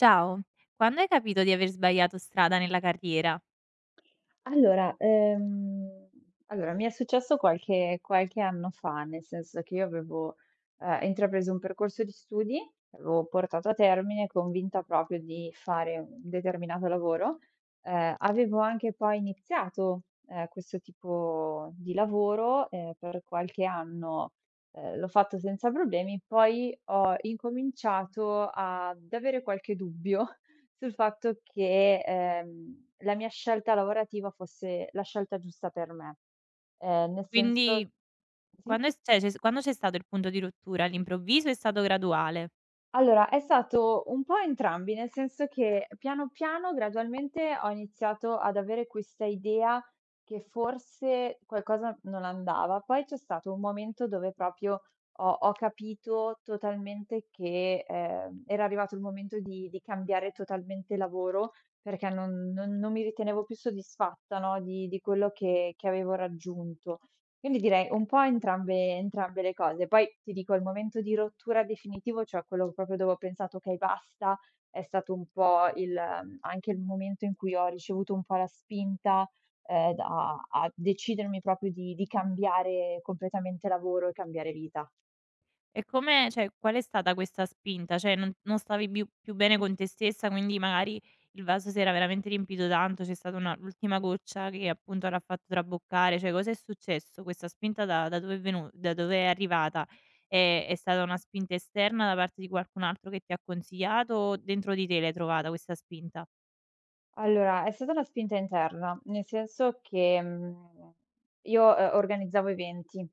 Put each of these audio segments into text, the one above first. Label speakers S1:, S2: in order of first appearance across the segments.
S1: Ciao, quando hai capito di aver sbagliato strada nella carriera?
S2: Allora, ehm, allora, mi è successo qualche anno fa, nel senso che io avevo, intrapreso un percorso di studi, l'avevo portato a termine, convinta proprio di fare un determinato lavoro. Avevo anche poi iniziato, questo tipo di lavoro, per qualche anno, l'ho fatto senza problemi, poi ho incominciato ad avere qualche dubbio sul fatto che, la mia scelta lavorativa fosse la scelta giusta per me. Nel senso,
S1: Quindi
S2: sì?
S1: quando è s cioè c'è s quando c'è stato il punto di rottura? All'improvviso o è stato graduale?
S2: Allora, è stato un po' entrambi, nel senso che piano piano, gradualmente ho iniziato ad avere questa idea che forse qualcosa non andava. Poi c'è stato un momento dove proprio ho capito totalmente che era arrivato il momento di cambiare totalmente lavoro perché non mi ritenevo più soddisfatta, no, di quello che avevo raggiunto. Quindi direi un po' entrambe le cose. Poi ti dico, il momento di rottura definitivo, cioè quello proprio dove ho pensato: "Okay, basta", è stato un po' anche il momento in cui ho ricevuto un po' la spinta, da a decidermi proprio di cambiare completamente lavoro e cambiare vita.
S1: E come qual è stata questa spinta? Cioè non stavi più bene con te stessa, quindi magari il vaso si era veramente riempito tanto, c'è stata una l'ultima goccia che appunto l'ha fatto traboccare, cioè cos'è successo? Questa spinta da dove è venu da dove è arrivata? È stata una spinta esterna da parte di qualcun altro che ti ha consigliato o dentro di te l'hai trovata questa spinta?
S2: Allora, è stata una spinta interna, nel senso che, io, organizzavo eventi,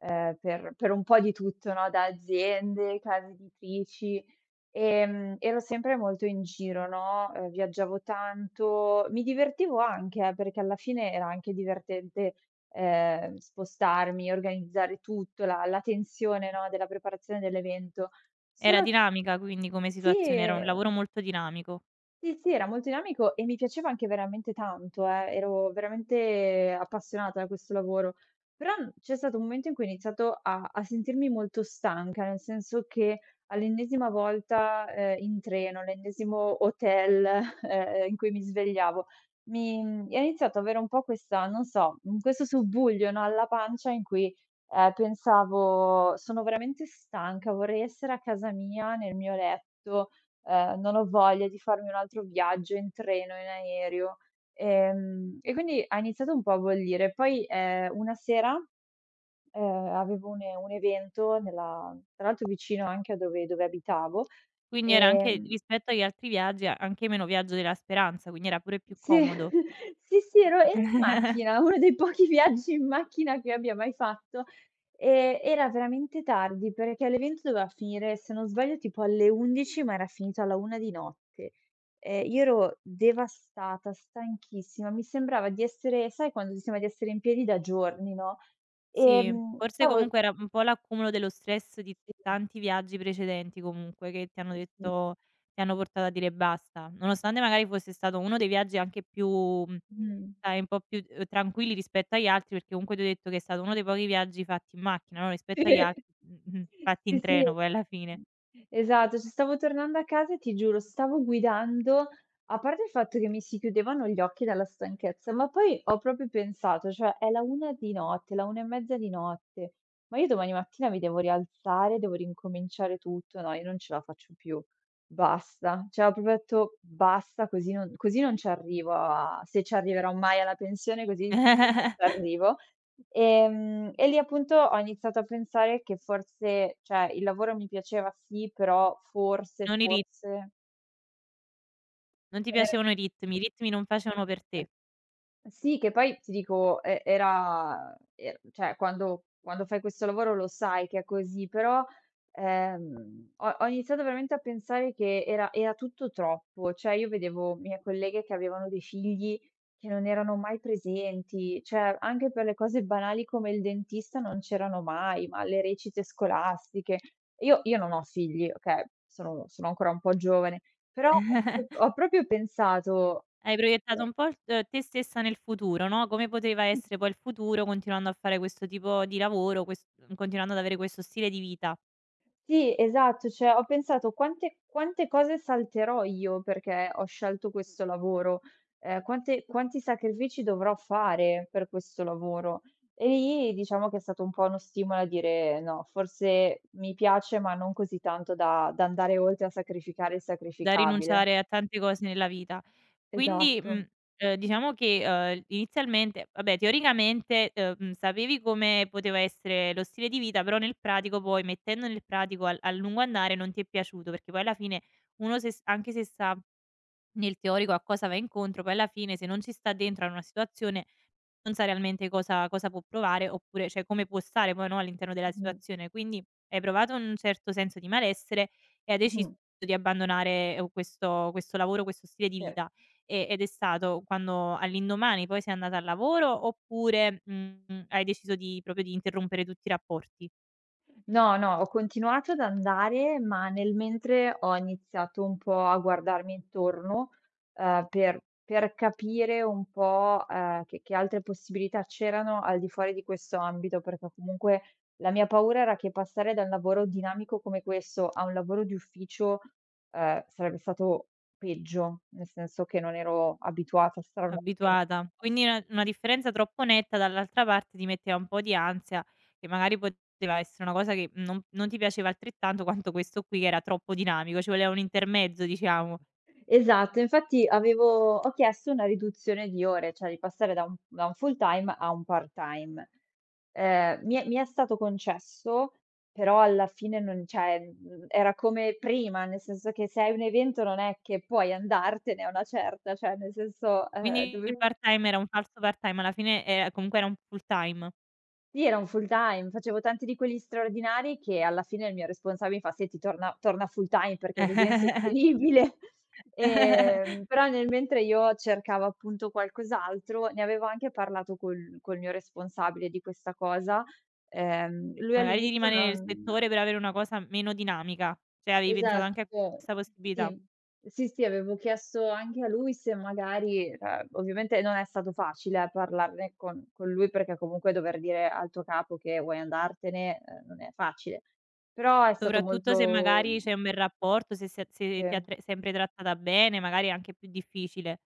S2: per un po' di tutto, no, da aziende, case editrici, ero sempre molto in giro, no, viaggiavo tanto, mi divertivo anche, perché alla fine era anche divertente, spostarmi, organizzare tutto, la tensione, no, della preparazione dell'evento.
S1: Era
S2: Solo.
S1: dinamica quindi come situazione, era un
S2: Sì.
S1: lavoro molto dinamico.
S2: Sì, sì, era molto dinamico e mi piaceva anche veramente tanto, ero veramente appassionata da questo lavoro. Però n c'è stato un momento in cui ho iniziato a sentirmi molto stanca, nel senso che all'ennesima volta, in treno, l'ennesimo hotel, in cui mi svegliavo, e ho iniziato ad avere un po' questa, non so, questo subbuglio, no, alla pancia in cui, pensavo: "Sono veramente stanca, vorrei essere a casa mia, nel mio letto, non ho voglia di farmi un altro viaggio in treno, in aereo." E quindi ha iniziato un po' a bollire. Poi, una sera, avevo un evento, nella tra l'altro vicino anche a dove abitavo,
S1: Quindi era anche
S2: ehm
S1: rispetto agli altri viaggi, anche meno viaggio della speranza, quindi era pure più
S2: Sì,
S1: comodo.
S2: sì, sì, ero in macchina, uno dei pochi viaggi in macchina che abbia mai fatto, e era veramente tardi perché l'evento doveva finire, se non sbaglio, tipo alle 11, ma era finito alla 1 di notte. Io ero devastata, stanchissima, mi sembrava di essere, sai, quando ti sembra di essere in piedi da giorni, no,
S1: Sì, forse
S2: stavo.
S1: comunque era un po' l'accumulo dello stress di
S2: Sì,
S1: tanti viaggi precedenti comunque che ti hanno
S2: sì.
S1: detto ti hanno portato a dire basta. Nonostante magari fosse stato uno dei viaggi anche più
S2: Mh.
S1: sai un po' più, tranquilli rispetto agli altri, perché comunque ti ho detto che è stato uno dei pochi viaggi fatti in macchina, no, rispetto agli altri mh-mh,
S2: Sì,
S1: fatti in
S2: sì. Sì.
S1: treno poi alla fine.
S2: Esatto, ci stavo tornando a casa e ti giuro, stavo guidando, a parte il fatto che mi si chiudevano gli occhi dalla stanchezza, ma poi ho proprio pensato, cioè è la 1 di notte, la 1 e mezza di notte, ma io domani mattina mi devo rialzare, devo ricominciare tutto, no, io non ce la faccio più. Basta. Cioè ho proprio detto: "Basta, così non ci arrivo, a se ci arriverò mai alla pensione, così non ci arrivo". E lì appunto ho iniziato a pensare che forse, cioè, il lavoro mi piaceva, sì, però forse,
S1: Non i rit
S2: forse
S1: non ti piacevano i ritmi non facevano per te.
S2: Sì, che poi ti dico, e era e cioè quando fai questo lavoro lo sai che è così, però, ho iniziato veramente a pensare che era tutto troppo, cioè io vedevo mie colleghe che avevano dei figli che non erano mai presenti, cioè anche per le cose banali come il dentista non c'erano mai, ma alle recite scolastiche. Io non ho figli, okay, sono ancora un po' giovane, però ho proprio pensato
S1: Hai proiettato
S2: che.
S1: un po' il t te stessa nel futuro, no, come poteva essere poi il futuro continuando a fare questo tipo di lavoro, continuando ad avere questo stile di vita,
S2: Sì, esatto, cioè ho pensato: "Quante cose salterò io perché ho scelto questo lavoro? Quante quanti sacrifici dovrò fare per questo lavoro?" E lì diciamo che è stato un po' uno stimolo a dire: "No, forse mi piace, ma non così tanto da andare oltre a sacrificare il
S1: da
S2: sacrificabile."
S1: rinunciare a tante cose nella vita. Quindi, mhmm,
S2: Esatto.
S1: diciamo che, inizialmente vabbè teoricamente, sapevi come poteva essere lo stile di vita, però nel pratico poi mettendo nel pratico al a lungo andare non ti è piaciuto, perché poi alla fine uno se s anche se sa nel teorico a cosa va incontro, poi alla fine se non ci sta dentro a una situazione non sa realmente cosa può provare oppure cioè come può stare poi, no, all'interno della
S2: Mh-mh.
S1: situazione. Quindi hai provato un certo senso di malessere e hai deciso
S2: Mh-mh.
S1: di abbandonare, questo lavoro, questo stile di
S2: Sì.
S1: vita. Ed è stato quando all'indomani poi sei andata al lavoro oppure, hai deciso di proprio di interrompere tutti i rapporti?
S2: No, no, ho continuato ad andare, ma nel mentre ho iniziato un po' a guardarmi intorno, ehm, per per capire un po', che altre possibilità c'erano al di fuori di questo ambito, perché comunque la mia paura era che passare da un lavoro dinamico come questo a un lavoro di ufficio, sarebbe stato peggio, nel senso che non ero abituata a stare a una.
S1: Abituata. Quindi una differenza troppo netta dall'altra parte ti metteva un po' di ansia, che magari poteva essere una cosa che non ti piaceva altrettanto quanto questo qui che era troppo dinamico, ci voleva un intermezzo diciamo.
S2: Esatto, infatti avevo ho chiesto una riduzione di ore, cioè di passare da un full time a un part-time. Mi è stato concesso, però alla fine non cioè, era come prima, nel senso che se hai un evento non è che puoi andartene a una certa, cioè nel senso,
S1: Quindi il
S2: dovevi.
S1: part-time era un falso part-time, alla fine era comunque era un full-time.
S2: Sì, era un full time, facevo tanti di quelli straordinari che alla fine il mio responsabile mi fa: "Senti, torna full time perché così è insostenibile". Però nel mentre io cercavo appunto qualcos'altro, ne avevo anche parlato col mio responsabile di questa cosa. Lui
S1: Magari di
S2: all'inizio
S1: rimanere nel
S2: non.
S1: settore per avere una cosa meno dinamica, cioè avevi pensato anche a
S2: Esatto,
S1: questa possibilità.
S2: sì. Sì, sì, avevo chiesto anche a lui se magari, ovviamente non è stato facile, parlarne con lui, perché comunque dover dire al tuo capo che vuoi andartene, non è facile. Però è stato
S1: Soprattutto se
S2: molto.
S1: magari c'è un bel rapporto, se ti ha
S2: Sì.
S1: tre sempre trattata bene, magari è anche più difficile.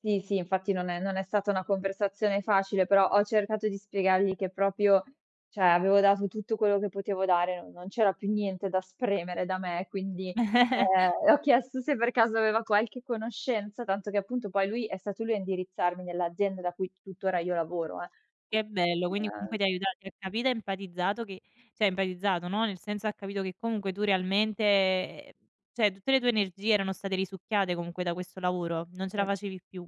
S2: Sì, sì, infatti non è stata una conversazione facile, però ho cercato di spiegargli che proprio, cioè, avevo dato tutto quello che potevo dare, non c'era più niente da spremere da me, quindi, ho chiesto se per caso aveva qualche conoscenza, tanto che appunto poi lui è stato lui a indirizzarmi nell'azienda da cui tuttora io lavoro, eh.
S1: Che bello, quindi comunque
S2: Quindi,
S1: ti ha aiutati ha capito e empatizzato che cioè empatizzato, no, nel senso ha capito che comunque tu realmente cioè tutte le tue energie erano state risucchiate comunque da questo lavoro, non ce la
S2: sì.
S1: facevi più.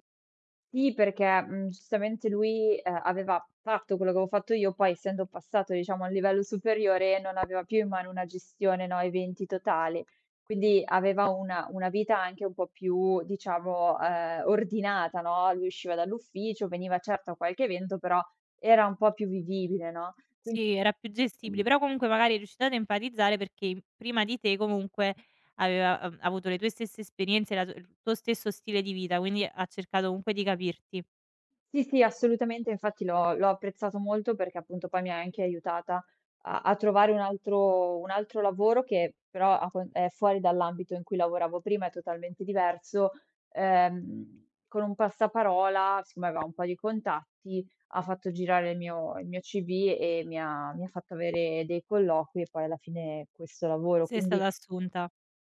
S2: Sì, perché, giustamente lui, aveva fatto quello che avevo fatto io, poi essendo passato, diciamo, a un livello superiore, non aveva più in mano una gestione, no, eventi totale. Quindi aveva una vita anche un po' più, diciamo, ordinata, no, lui usciva dall'ufficio, veniva certo a qualche evento, però era un po' più vivibile, no? Quin
S1: Sì, era più gestibile, però comunque magari è riuscita ad empatizzare perché prima di te comunque aveva, avuto le tue stesse esperienze, la tu il tuo stesso stile di vita, quindi ha cercato comunque di capirti.
S2: Sì, sì, assolutamente, infatti l'ho apprezzato molto, perché appunto poi mi ha anche aiutata a trovare un altro lavoro che però, a con è fuori dall'ambito in cui lavoravo prima, è totalmente diverso. Con un passaparola, siccome aveva un po' di contatti, ha fatto girare il mio CV e mi ha fatto avere dei colloqui e poi alla fine questo lavoro.
S1: Sei
S2: Quindi
S1: stata assunta.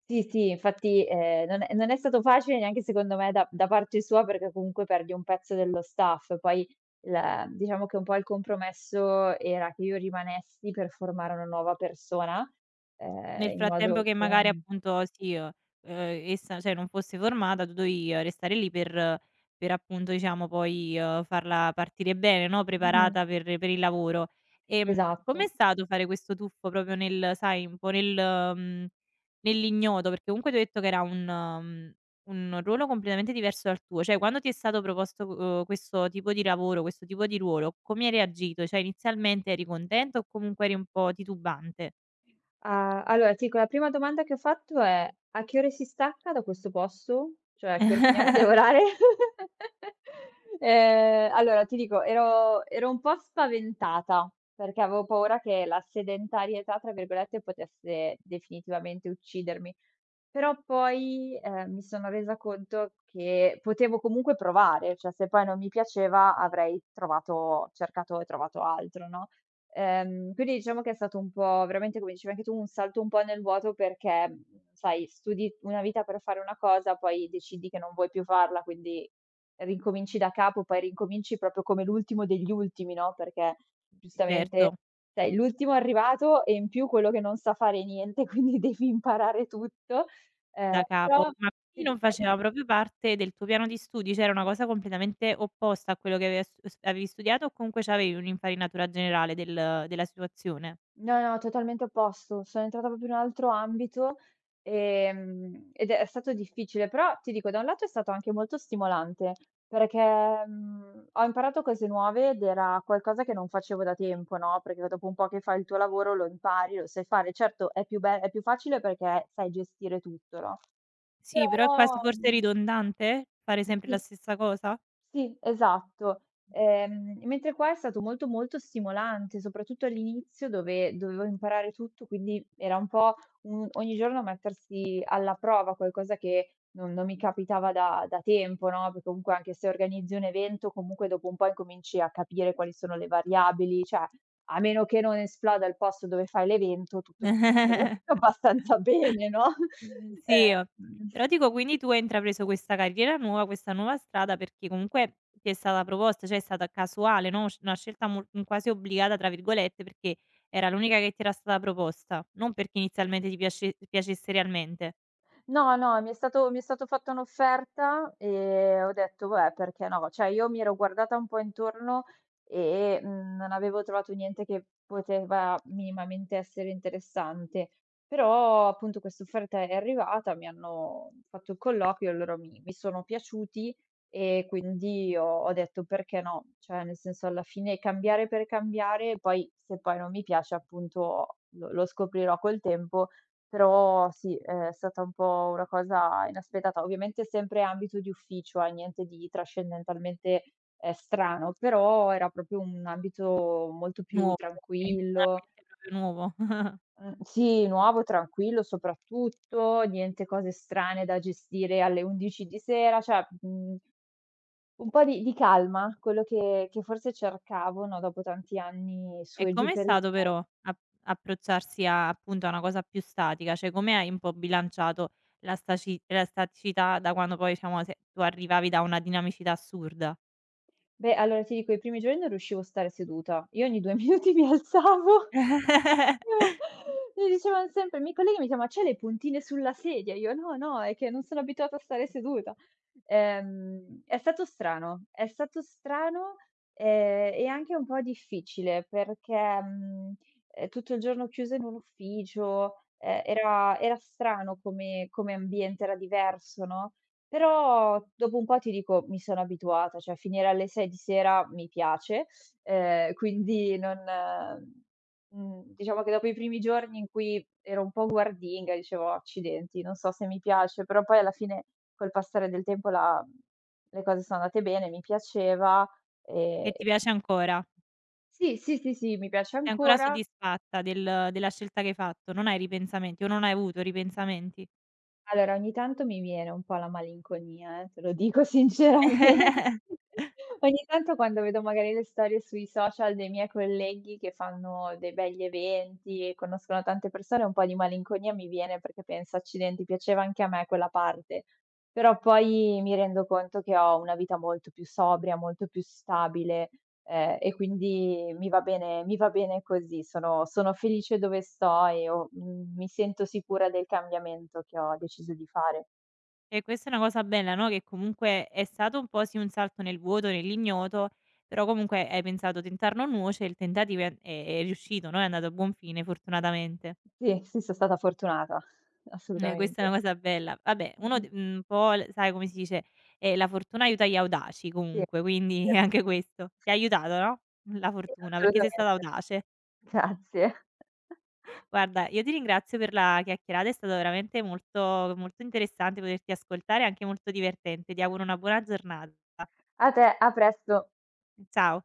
S2: sì, sì, infatti, non è stato facile neanche secondo me da parte sua, perché comunque perdi un pezzo dello staff. Poi il diciamo che un po' il compromesso era che io rimanessi per formare una nuova persona,
S1: Nel
S2: in
S1: frattempo
S2: modo
S1: che
S2: che
S1: magari appunto sì, essa cioè non fosse formata, tu dovevi restare lì per appunto diciamo poi, farla partire bene, no,
S2: mh-mh,
S1: preparata per il lavoro. Com'è
S2: esatto.
S1: stato fare questo tuffo proprio nel sai, un po' nel mhmm, nell'ignoto? Perché comunque tu hai detto che era un un ruolo completamente diverso dal tuo. Cioè quando ti è stato proposto, questo tipo di lavoro, questo tipo di ruolo, come hai reagito? Cioè inizialmente eri contenta o comunque eri un po' titubante?
S2: Ah, allora ti dico, la prima domanda che ho fatto è: a che ore si stacca da questo posto? Cioè, a che ore finiamo di lavorare? Allora ti dico, ero un po' spaventata, perché avevo paura che la "sedentarietà", tra virgolette, potesse definitivamente uccidermi. Però poi, mi sono resa conto che potevo comunque provare, cioè se poi non mi piaceva avrei trovato cercato e trovato altro, no? Quindi diciamo che è stato un po' veramente, come dicevi anche tu, un salto un po' nel vuoto perché, sai, studi una vita per fare una cosa, poi decidi che non vuoi più farla, quindi ricominci da capo, poi ricominci proprio come l'ultimo degli ultimi, no, perché
S1: Certo,
S2: giustamente sei l'ultimo arrivato e in più quello che non sa fare niente, quindi devi imparare tutto.
S1: da capo.
S2: Però
S1: Ma
S2: ti
S1: quindi
S2: di
S1: non
S2: è
S1: faceva proprio parte del tuo piano di studi? Cioè era una cosa completamente opposta a quello che aveva stu s avevi studiato o comunque c'avevi un'infarinatura generale della situazione?
S2: No, no, totalmente opposto. Sono entrata proprio in un altro ambito, ed è stato difficile, però ti dico, da un lato è stato anche molto stimolante, perché, ho imparato cose nuove ed era qualcosa che non facevo da tempo, no, perché dopo un po' che fai il tuo lavoro lo impari, lo sai fare. Certo è più facile perché sai gestire tutto, no,
S1: Sì, però è
S2: però,
S1: quasi forse
S2: mhmm
S1: ridondante fare sempre la
S2: sì.
S1: stessa cosa?
S2: Sì, esatto. Mentre qua è stato molto, molto stimolante, soprattutto all'inizio dove dovevo imparare tutto, quindi era un po' un ogni giorno mettersi alla prova, qualcosa che non mi capitava da tempo, no, perché comunque anche se organizzi un evento, comunque dopo un po' incominci a capire quali sono le variabili, cioè a meno che non esploda il posto dove fai l'evento, tutto va tutto abbastanza bene, no?
S1: Mh-mh, sì,
S2: Ehm
S1: però dico quindi tu hai intrapreso questa carriera nuova, questa nuova strada perché comunque ti è stata proposta, cioè è stata casuale, no, sc una scelta quasi "obbligata" tra virgolette perché era l'unica che ti era stata proposta, non perché inizialmente ti piacesse realmente.
S2: No, no, mi è stato fatta un'offerta e ho detto: "Vabbè, perché no?" Cioè, io mi ero guardata un po' intorno e, non avevo trovato niente che poteva minimamente essere interessante. Però, appunto, quest'offerta è arrivata, mi hanno fatto il colloquio, loro mi sono piaciuti e quindi ho detto: "Perché no?" Cioè, nel senso, alla fine cambiare per cambiare, poi se poi non mi piace, appunto, lo scoprirò col tempo. Però sì, è stata un po' una cosa inaspettata. Ovviamente sempre ambito di ufficio, niente di trascendentalmente, strano, però era proprio un ambito molto più
S1: Nuovo per te, un
S2: tranquillo.
S1: ambiente proprio nuovo.
S2: Mhmm, sì, nuovo, tranquillo soprattutto, niente cose strane da gestire alle 11 di sera, cioè, un po' di calma, quello che forse cercavo, no, dopo tanti anni su
S1: E
S2: e giù
S1: com'è
S2: per i.
S1: stato però a approcciarsi a appunto a una cosa più statica? Cioè come hai un po' bilanciato la staticità da quando poi diciamo se tu arrivavi da una dinamicità assurda?
S2: Beh, allora ti dico, i primi giorni non riuscivo a stare seduta. Io ogni 2 minuti mi alzavo. No, mi dicevan sempre i miei colleghi mi dicevano: "Ma c'hai le puntine sulla sedia?" Io: "No, no, è che non sono abituata a stare seduta." È stato strano, è stato strano, e anche un po' difficile perché, tutto il giorno chiusa in un ufficio, era strano come ambiente, era diverso, no, però dopo un po' ti dico mi sono abituata, cioè finire alle 6 di sera mi piace. Quindi non mhmm, diciamo che dopo i primi giorni in cui ero un po' guardinga, dicevo: "Oh, accidenti, non so se mi piace", però poi alla fine col passare del tempo la le cose sono andate bene, mi piaceva,
S1: E
S2: ehm
S1: ti piace ancora.
S2: sì, sì, sì, sì, mi piace
S1: Sei ancora
S2: ancora.
S1: soddisfatta della scelta che hai fatto, non hai ripensamenti o non hai avuto ripensamenti.
S2: Allora, ogni tanto mi viene un po' la malinconia, te lo dico sinceramente. Ogni tanto quando vedo magari le storie sui social dei miei colleghi che fanno dei begli eventi e conoscono tante persone, un po' di malinconia mi viene perché penso: "Accidenti, piaceva anche a me quella parte". Però poi mi rendo conto che ho una vita molto più sobria, molto più stabile. E quindi mi va bene così. Sono felice dove sto e mi sento sicura del cambiamento che ho deciso di fare.
S1: E questa è una cosa bella, no, che comunque è stato un po' sì un salto nel vuoto, nell'ignoto, però comunque hai pensato: "Tentar non nuoce", il tentativo è riuscito, no, è andato a buon fine fortunatamente.
S2: Sì, sì, son stata fortunata,
S1: Questa è
S2: assolutamente.
S1: una cosa bella. Vabbè,
S2: Mh-mh.
S1: un po' l sai come si dice, la fortuna aiuta gli audaci
S2: Sì, è
S1: comunque, quindi
S2: vero,
S1: anche questo. Ti ha aiutato, no, la
S2: sì,
S1: fortuna, perché sei stata
S2: assolutamente.
S1: audace.
S2: Grazie.
S1: Guarda, io ti ringrazio per la chiacchierata, è stato veramente molto interessante poterti ascoltare e anche molto divertente. Ti auguro una buona giornata.
S2: A te, a presto.
S1: Ciao.